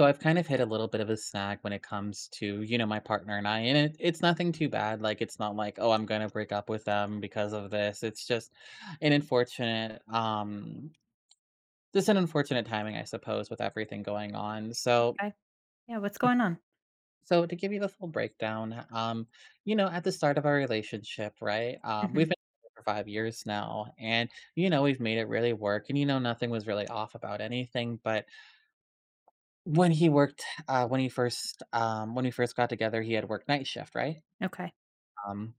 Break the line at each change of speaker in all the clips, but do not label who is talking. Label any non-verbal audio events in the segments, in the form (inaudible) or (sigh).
So I've kind of hit a little bit of a snag when it comes to, my partner and I, and it's nothing too bad. Like it's not like, oh, I'm gonna break up with them because of this. It's just an just an unfortunate timing, I suppose, with everything going on. So,
Okay. Yeah, what's going on?
so to give you the full breakdown, you know, at the start of our relationship, right?
Mhm.
We've been together for 5 years now, and you know, we've made it really work, and you know, nothing was really off about anything, but when we first got together, he had worked night shift, right?
Okay.
Um,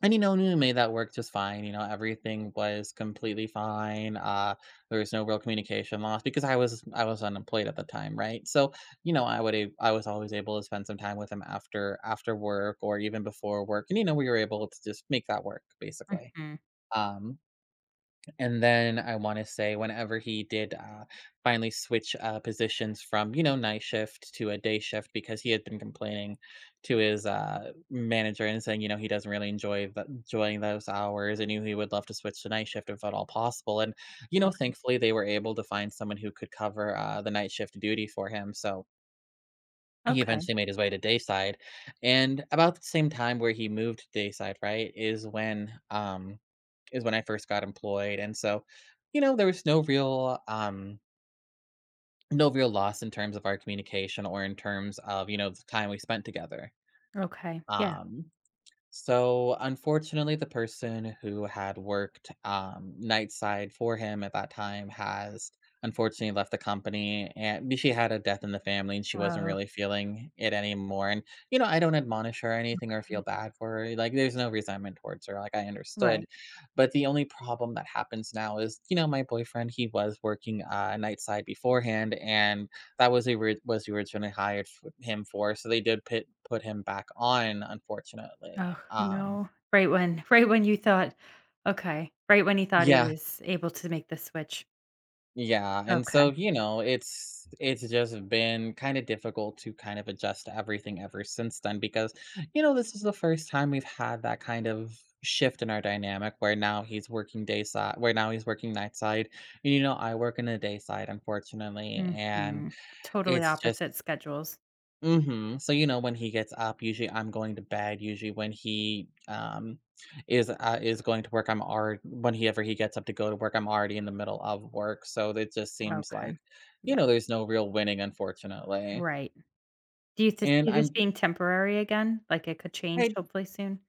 and you know, we made that work just fine. You know, everything was completely fine. There was no real communication loss because I was unemployed at the time, right? So you know, I was always able to spend some time with him after work or even before work, and you know, we were able to just make that work basically.
Mhm.
Um, and then I wanna say whenever he did finally switch, positions from, you know, night shift to a day shift because he had been complaining to his manager and saying, you know, he doesn't really enjoying those hours and knew he would love to switch to night shift if at all possible, and, you know,
Okay.
thankfully, they were able to find someone who could cover, the night shift duty for him, so he
Okay.
eventually made his way to dayside. And about the same time where he moved to dayside, right, is is when I first got employed, and so, you know, there was no real loss in terms of our communication or in terms of, you know, the time we spent together.
Okay. Yeah.
Um so, unfortunately, the person who had worked night side for him at that time has unfortunately left the company, and she had a death in the family, and she wasn't
Oh,
really feeling it anymore. And you know, I don't admonish her or anything or feel bad for her. Like, there's no resentment towards her. Like, I understood,
right.
but the only problem that happens now is, you know, my boyfriend he was working night side beforehand, and that was who we was who originally hired f him for, so they did put him back on, unfortunately.
Oh,
Um
no. Right when (laughs) right when you thought okay. Right when he thought he
Yeah,
was able to make the switch.
yeah, and
Okay.
so, you know, it's just been kinda difficult to kind of adjust to everything ever since then because, you know, this is the first time we've had that kind of shift in our dynamic where now he's working day side where now he's working night side. You know, I work in the day side, unfortunately, and
Mhm. Totally
it's just
opposite schedules.
Mhm. So, you know, when he gets up, usually I'm going to bed. Usually when he is going to work, I'm already whenever he gets up to go to work, I'm already in the middle of work. So it just seems
Okay.
like,
Yeah.
you know, there's no real winning, unfortunately.
Right. Do you
And
see this
I'm
being temporary again? Like it could change
I
hopefully soon?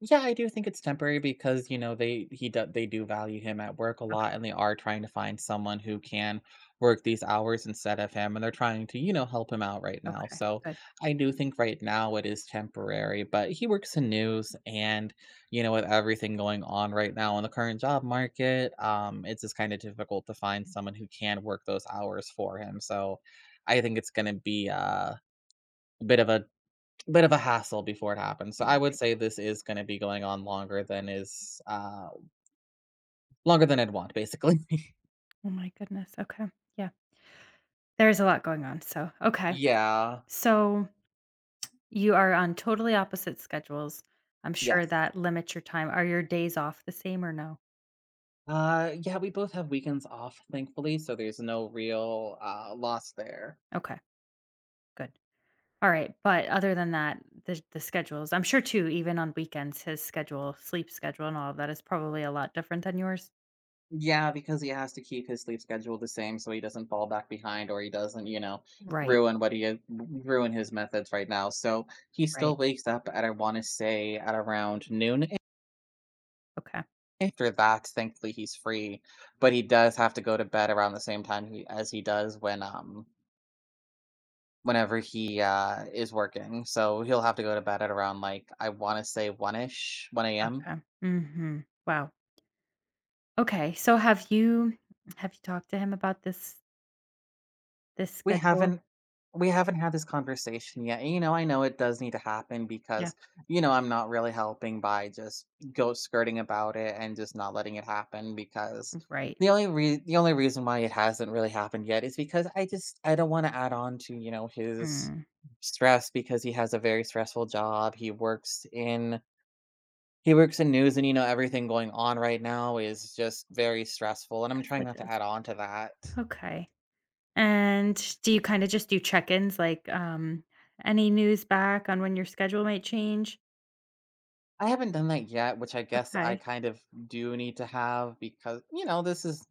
Yeah, I do think it's temporary because, you know, they do value him at work a
Okay.
lot and they are trying to find someone who can work these hours instead of him and they're trying to, you know, help him out right now.
Okay.
So,
Good.
I do think right now it is temporary, but he works in news and, you know, with everything going on right now in the current job market, it's just kind of difficult to find someone who can work those hours for him. So, I think it's going to be a bit of a hassle before it happens, so
All
I would
right.
say this is gonna be going on longer than longer than I'd want, basically. (laughs)
Oh my goodness. Okay. Yeah. There's a lot going on. So, okay.
Yeah,
So, you are on totally opposite schedules. I'm sure
yes.
that limits your time. Are your days off the same or no?
Yeah, we both have weekends off, thankfully, so there's no real, loss there.
Okay, good. All right, but other than that, the schedules, I'm sure too, even on weekends, his schedule, sleep schedule, and all of that is probably a lot different than yours.
Yeah, because he has to keep his sleep schedule the same so he doesn't fall back behind or he doesn't, you know,
Right,
ruin what he ruin his methods right now, so he
right.
still wakes up at, I wanna say, at around noon.
Okay,
After that, thankfully, he's free, but he does have to go to bed around the same time he as he does whenever he is working, so he'll have to go to bed at around, like, I wanna say 1-ish, 1 AM.
okay. Hmm. Wow. Okay. So have you talked to him about this
We
schedule?
haven't we haven't had this conversation yet. And, you know, I know it does need to happen
Yeah.
because, you know, I'm not really helping by just ghost skirting about it and just not letting it happen because
Right.
the only reason why it hasn't really happened yet is because I don't want to add on to, you know, his
Mm,
stress because he has a very stressful job. He works in news and you know everything going on right now is just very stressful and I'm
yes,
trying not
it
to
is.
add on to that.
Okay. And do you kinda just do check-ins, like, any news back on when your schedule might change?
I haven't done that yet, which I guess
Okay.
I kind of do need to have because, you know, this is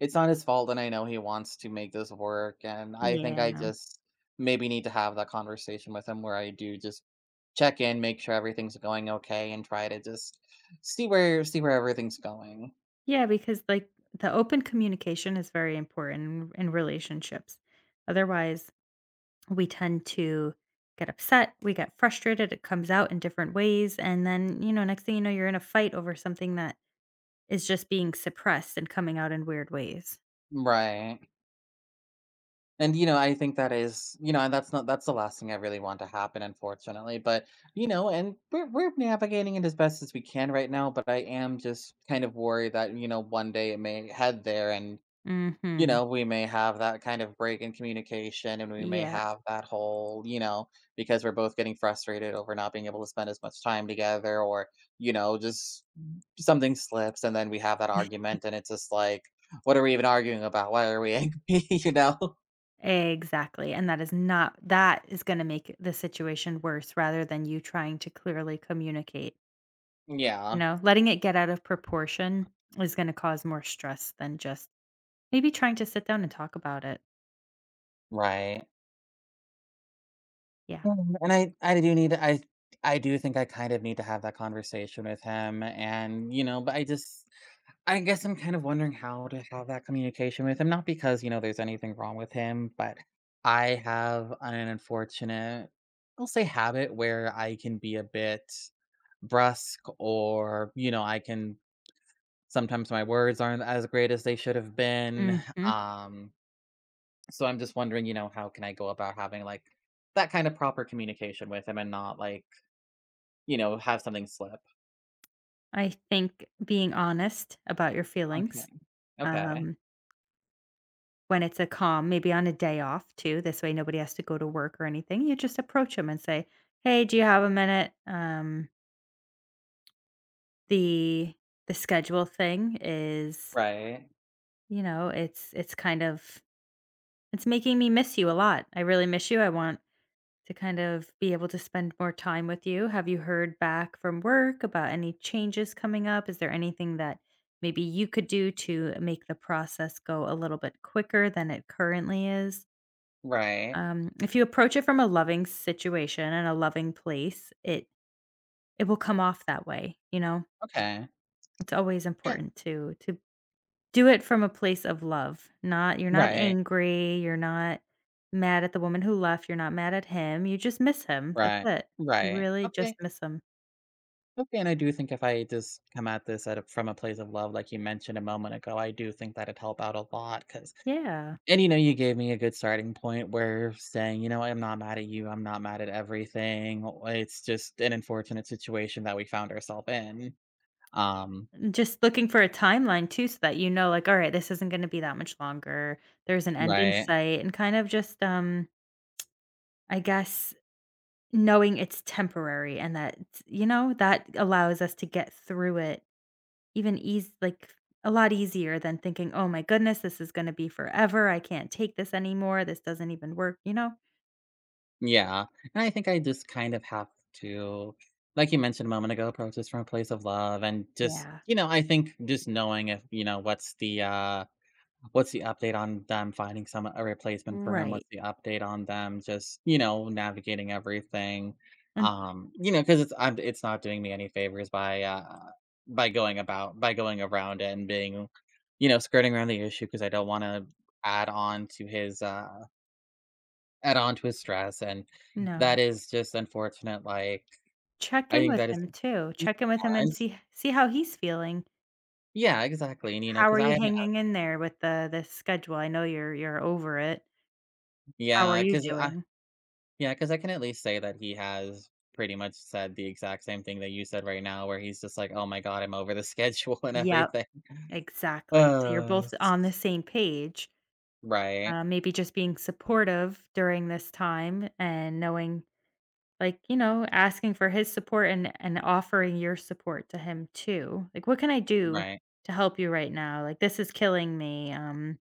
it's not his fault and I know he wants to make this work and I think I
Yeah.
just maybe need to have that conversation with him where I do just check in, make sure everything's going okay and try to just see where everything's going.
Yeah, because, like, the open communication is very important in relationships. Otherwise, we tend to get upset, we get frustrated, it comes out in different ways, and then, you know, next thing you know, you're in a fight over something that is just being suppressed and coming out in weird ways.
Right. And, you know, I think that is, you know, and that's not that's the last thing I really want to happen, unfortunately. But, you know, and we're navigating it as best as we can right now. But I am just kind of worried that, you know, one day it may head there and, you
Mhm.
know, we may have that kind of break in communication and we may
Yeah.
have that whole, you know, because we're both getting frustrated over not being able to spend as much time together or, you know, just something slips and then we have that argument and it's just like, what are we even arguing about? Why are we angry? (laughs) you know?
Exactly, and that is not that is gonna make the situation worse rather than you trying to clearly communicate, you
Yeah.
know? Letting it get out of proportion is gonna cause more stress than just maybe trying to sit down and talk about it.
Right.
Yeah.
And I do need I do think I kind of need to have that conversation with him and, you know, but I guess I'm kind of wondering how to have that communication with him, not because, you know, there's anything wrong with him, but I have an unfortunate I'll say habit where I can be a bit brusque or, you know, I can sometimes my words aren't as great as they should have been.
Mhm.
Um So I'm just wondering, you know, how can I go about having like that kind of proper communication with him and not like, you know, have something slip.
I think being honest about your
Okay.
feelings,
Okay.
um, when it's a calm, maybe on a day off too, this way nobody has to go to work or anything, you just approach them and say, "Hey, do you have a minute? The the schedule thing is
Right.
you know, it's kind of it's making me miss you a lot. I really miss you. I want to kind of be able to spend more time with you. Have you heard back from work about any changes coming up? Is there anything that maybe you could do to make the process go a little bit quicker than it currently is?
Right.
If you approach it from a loving situation and a loving place, it will come off that way, you know?
Okay.
It's always
Yeah.
important to do it from a place of love, not you're not
Right.
angry, you're not mad at the woman who left, you're not mad at him, you just miss him, that's
Right.
it. You
Right.
really just
Okay.
miss him.
Okay. And I do think if I just come at this from a place of love, like you mentioned a moment ago, I do think that'd help out a lot. Cause,
Yeah,
and you know, you gave me a good starting point where saying, you know, I'm not mad at you. I'm not mad at everything. It's just an unfortunate situation that we found ourselves in. Um,
and just looking for a timeline too so that you know, like, "Alright, this isn't gonna be that much longer, there's an end in
Right.
sight," and kind of just, I guess, knowing it's temporary and that, you know, that allows us to get through it even easy, like, a lot easier than thinking, "Oh my goodness, this is gonna be forever. I can't take this anymore. This doesn't even work," you know?
Yeah. And I think I just kind of have to, like you mentioned a moment ago, approach this from a place of love and just,
Yeah,
you know, I think just knowing if, you know, what's what's the update on them finding some a replacement for him?
right,
What's the update on them? Just, you know, navigating everything.
and
You know, because it's not doing me any favors by going about by going around it and being, you know, skirting around the issue because I don't want to add on to his add on to his stress, and
no.
that is just unfortunate, like,
Check
I
in
think
with
that is
him too.
yeah,
Check in with him and
and
see how he's feeling.
yeah, exactly, and, you know,
How are
because I
you
haven't
hanging in there with the schedule? I know you're over it. How are
yeah,
you
'cause I
doing?
yeah because I can at least say that he has pretty much said the exact same thing that you said right now, where he's just like, "Oh my god, I'm over the (laughs) schedule and
Yep,
everything."
exactly. So you're
uh,
both on the
s-
same page.
Right.
Maybe just being supportive during this time and knowing like, you know, asking for his support and offering your support to him too. Like, "What can I do
Right.
to help you right now? Like, this is killing me."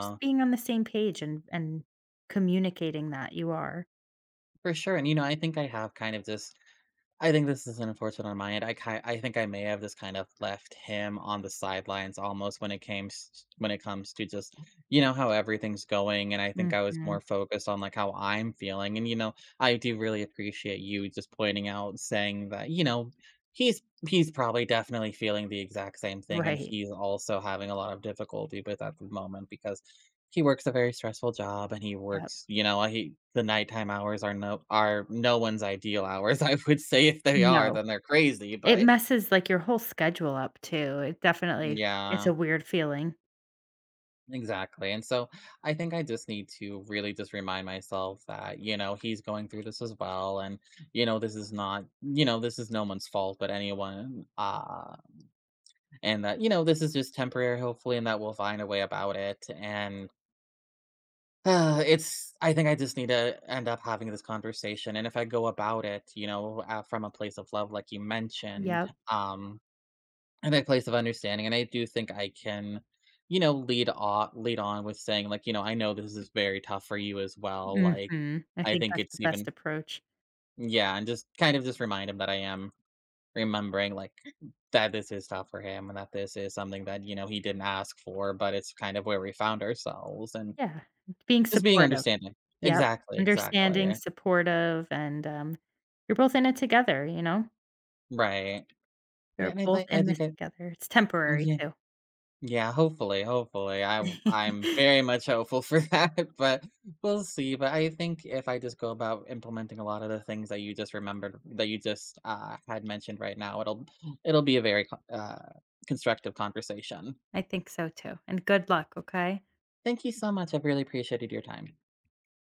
Just being on the same page and communicating that you are.
for sure, and, you know, I think I have kind of just I think this is unfortunate on my end. I think I may have just kind of left him on the sidelines almost when it comes to just, you know, how everything's going, and I think I was
Mhm.
more focused on, like, how I'm feeling, and, you know, I do really appreciate you just pointing out, saying that, you know, he's he's probably definitely feeling the exact same thing, and
Right.
he's also having a lot of difficulty with at the moment because he works a very stressful job and he
Yep.
works, you know, he the nighttime hours are no one's ideal hours, (laughs) I would say if they are,
No.
then they're crazy,
It
but
messes, like, your whole schedule up too. It definitely it's
yeah,
a weird feeling.
exactly. And so I think I just need to really just remind myself that, you know, he's going through this as well. And, you know, this is not, you know, this is no one's fault but anyone. And that, you know, this is just temporary, hopefully, and that we'll find a way about it. And It's I think I just need to end up having this conversation, and if I go about it, you know, from a place of love, like you mentioned,
Yep.
um, and a place of understanding, and I do think I can, you know, lead on with saying like, you know, I know this is very tough for you as well. Like,
Mhm. I
I
think
think
that's the
it's
best
even
approach.
yeah, and just remind him that I am remembering like that this is tough for him and that this is something that you know he didn't ask for, but it's kind of where we found ourselves and
Yeah. Being
just being
supportive.
understanding.
Yep,
Exactly,
understanding,
exactly.
supportive, and, you're both in it together, you know?
Right. Yeah,
You're
and I
both
think I
in this
think I
together. It's temporary
yeah,
too.
yeah, hopefully, hopefully. I'm
(laughs)
very much hopeful for (laughs) that, but we'll see. But I think if I just go about implementing a lot of the things that you just had mentioned right now, it'll be a very constructive conversation.
I think so too, and good luck, okay?
Thank you so much. I've really appreciated your time.